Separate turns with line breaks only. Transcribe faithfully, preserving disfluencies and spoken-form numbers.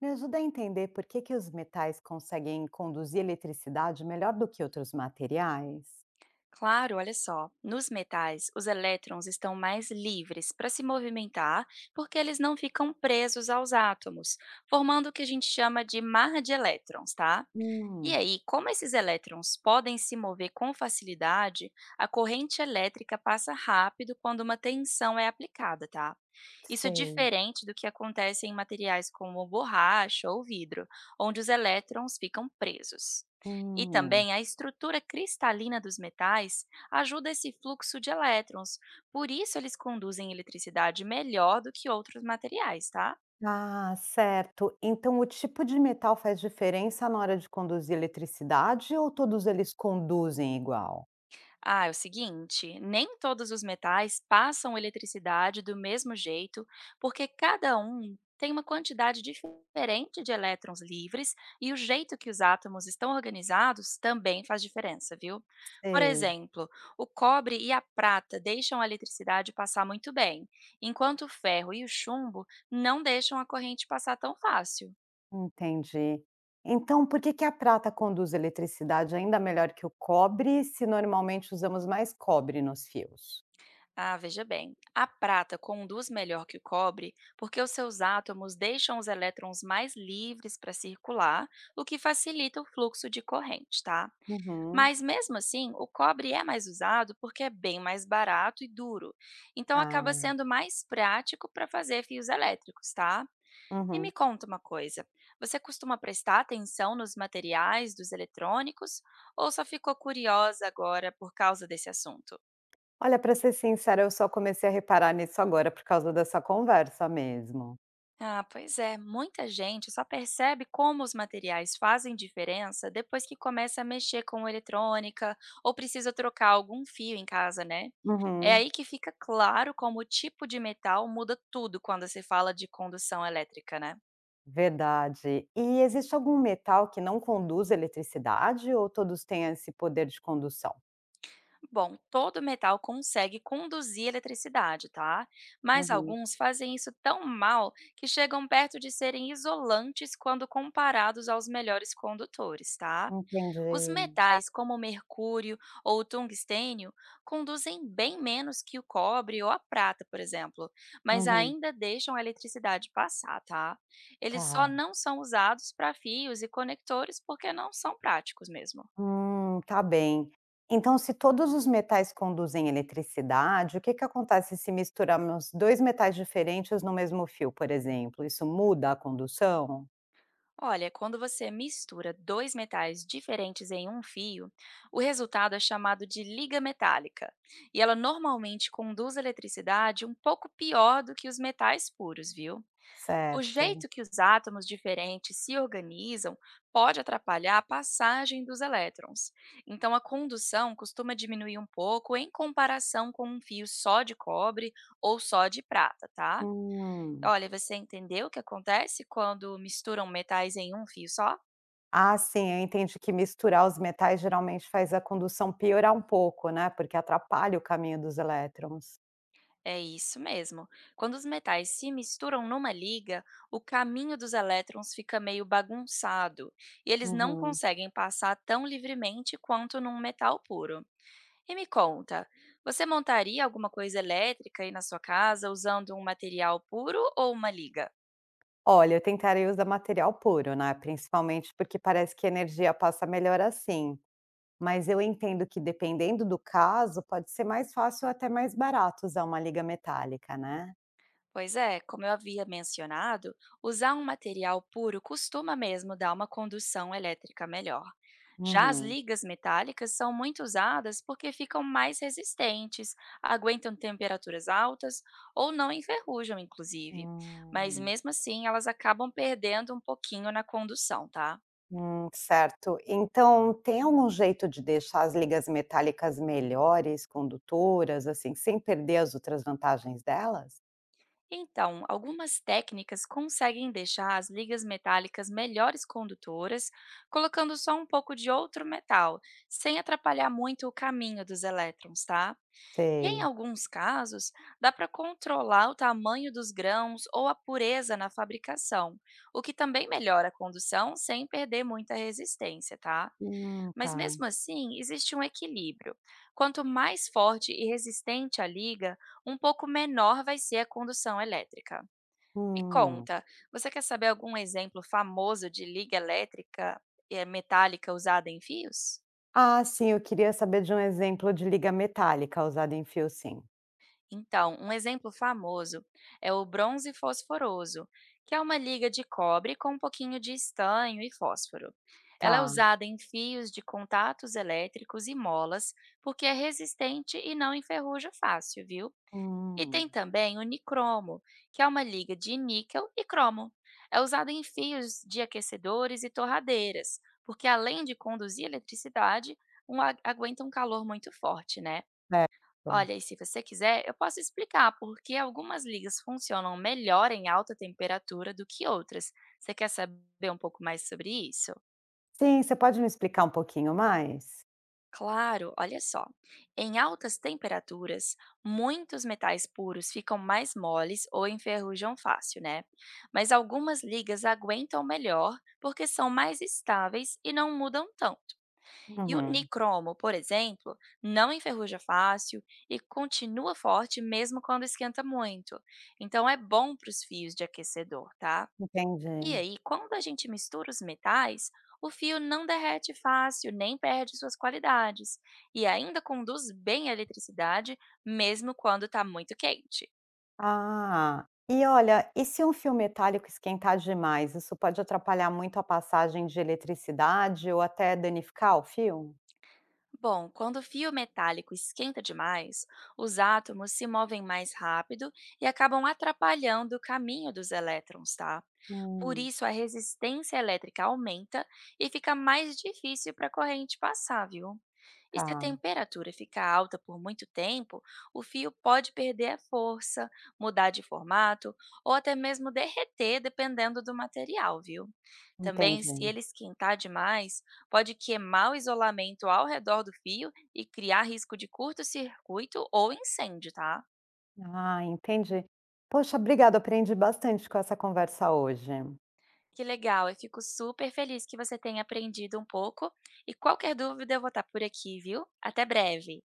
Me ajuda a entender por que, que os metais conseguem conduzir eletricidade melhor do que outros materiais?
Claro, olha só. Nos metais, os elétrons estão mais livres para se movimentar porque eles não ficam presos aos átomos, formando o que a gente chama de mar de elétrons, tá? E
Hum,
aí, como esses elétrons podem se mover com facilidade, a corrente elétrica passa rápido quando uma tensão é aplicada, tá? Isso é
sei.
diferente do que acontece em materiais como borracha ou vidro, onde os elétrons ficam presos. E
Hum.
também a estrutura cristalina dos metais ajuda esse fluxo de elétrons, por isso eles conduzem eletricidade melhor do que outros materiais, tá?
Ah, certo. Então, o tipo de metal faz diferença na hora de conduzir eletricidade ou todos eles conduzem igual?
Ah, é o seguinte, nem todos os metais passam eletricidade do mesmo jeito, porque cada um tem uma quantidade diferente de elétrons livres e o jeito que os átomos estão organizados também faz diferença, viu? Por
Sei,
exemplo, o cobre e a prata deixam a eletricidade passar muito bem, enquanto o ferro e o chumbo não deixam a corrente passar tão fácil.
entendi. Então, por que que a prata conduz eletricidade ainda melhor que o cobre, se normalmente usamos mais cobre nos fios?
Ah, veja bem. A prata conduz melhor que o cobre porque os seus átomos deixam os elétrons mais livres para circular, o que facilita o fluxo de corrente, tá?
Uhum.
Mas mesmo assim, o cobre é mais usado porque é bem mais barato e duro. Então acaba
Ah,
sendo mais prático para fazer fios elétricos, tá? E me
uhum.
conta uma coisa, você costuma prestar atenção nos materiais dos eletrônicos ou só ficou curiosa agora por causa desse assunto?
Olha, para ser sincera, eu só comecei a reparar nisso agora por causa dessa conversa mesmo.
Ah, pois é, muita gente só percebe como os materiais fazem diferença depois que começa a mexer com eletrônica ou precisa trocar algum fio em casa, né? É
Uhum.
aí que fica claro como o tipo de metal muda tudo quando se fala de condução elétrica, né?
Verdade. E existe algum metal que não conduz eletricidade ou todos têm esse poder de condução?
Bom, todo metal consegue conduzir eletricidade, tá? Mas
Uhum.
alguns fazem isso tão mal que chegam perto de serem isolantes quando comparados aos melhores condutores, tá? Os
Entendi.
metais, como o mercúrio ou o tungstênio, conduzem bem menos que o cobre ou a prata, por exemplo, mas
Uhum.
ainda deixam a eletricidade passar, tá? Eles só
Tá.
não são usados para fios e conectores porque não são práticos mesmo.
Hum, tá bem. Então, se todos os metais conduzem eletricidade, o que que acontece se misturarmos dois metais diferentes no mesmo fio, por exemplo? Isso muda a condução?
Olha, quando você mistura dois metais diferentes em um fio, o resultado é chamado de liga metálica, e ela normalmente conduz eletricidade um pouco pior do que os metais puros, viu? O
Certo.
jeito que os átomos diferentes se organizam pode atrapalhar a passagem dos elétrons. Então, a condução costuma diminuir um pouco em comparação com um fio só de cobre ou só de prata, tá?
Hum.
Olha, você entendeu o que acontece quando misturam metais em um fio só?
Ah, sim, eu entendi que misturar os metais geralmente faz a condução piorar um pouco, né, porque atrapalha o caminho dos elétrons.
É isso mesmo. Quando os metais se misturam numa liga, o caminho dos elétrons fica meio bagunçado e eles não
Uhum.
conseguem passar tão livremente quanto num metal puro. E me conta, você montaria alguma coisa elétrica aí na sua casa usando um material puro ou uma liga?
Olha, eu tentarei usar material puro, né, principalmente porque parece que a energia passa melhor assim. Mas eu entendo que dependendo do caso, pode ser mais fácil ou até mais barato usar uma liga metálica, né?
Pois é, como eu havia mencionado, usar um material puro costuma mesmo dar uma condução elétrica melhor. Já as
Uhum.
ligas metálicas são muito usadas porque ficam mais resistentes, aguentam temperaturas altas ou não enferrujam, inclusive. Mas
Hum.
mesmo assim, elas acabam perdendo um pouquinho na condução, tá?
Hum, certo. Então, tem algum jeito de deixar as ligas metálicas melhores, condutoras, assim, sem perder as outras vantagens delas?
Então, algumas técnicas conseguem deixar as ligas metálicas melhores condutoras, colocando só um pouco de outro metal, sem atrapalhar muito o caminho dos elétrons, tá? E em
Sei.
alguns casos, dá para controlar o tamanho dos grãos ou a pureza na fabricação, o que também melhora a condução sem perder muita resistência, tá?
Hum, tá.
Mas mesmo assim, existe um equilíbrio. Quanto mais forte e resistente a liga, um pouco menor vai ser a condução elétrica. Me
Hum.
conta, você quer saber algum exemplo famoso de liga elétrica, eh, metálica usada em fios?
Ah, sim, eu queria saber de um exemplo de liga metálica usada em fio, sim.
Então, um exemplo famoso é o bronze fosforoso, que é uma liga de cobre com um pouquinho de estanho e fósforo. Ela é
Tá.
usada em fios de contatos elétricos e molas, porque é resistente e não enferruja fácil, viu? E tem
Hum.
também o nicromo, que é uma liga de níquel e cromo. É usado em fios de aquecedores e torradeiras, porque além de conduzir eletricidade, um a- aguenta um calor muito forte, né?
Certo.
Olha, e se você quiser, eu posso explicar por que algumas ligas funcionam melhor em alta temperatura do que outras. Você quer saber um pouco mais sobre isso?
Sim, você pode me explicar um pouquinho mais?
Claro, olha só. Em altas temperaturas, muitos metais puros ficam mais moles ou enferrujam fácil, né? Mas algumas ligas aguentam melhor porque são mais estáveis e não mudam tanto. E o
Uhum.
nicromo, por exemplo, não enferruja fácil e continua forte mesmo quando esquenta muito. Então é bom para os fios de aquecedor, tá? E
Entendi.
aí, quando a gente mistura os metais, o fio não derrete fácil nem perde suas qualidades, e ainda conduz bem a eletricidade, mesmo quando está muito quente.
Ah, e olha, e se um fio metálico esquentar demais, isso pode atrapalhar muito a passagem de eletricidade ou até danificar o fio?
Bom, quando o fio metálico esquenta demais, os átomos se movem mais rápido e acabam atrapalhando o caminho dos elétrons, tá? Por
Hum,
isso, a resistência elétrica aumenta e fica mais difícil para a corrente passar, viu? E se a
tá,
temperatura ficar alta por muito tempo, o fio pode perder a força, mudar de formato ou até mesmo derreter, dependendo do material, viu? Também, se
entendi.
ele esquentar demais, pode queimar o isolamento ao redor do fio e criar risco de curto-circuito ou incêndio, tá?
Ah, entendi. Poxa, obrigada, aprendi bastante com essa conversa hoje.
Que legal, eu fico super feliz que você tenha aprendido um pouco. E qualquer dúvida, eu vou estar por aqui, viu? Até breve!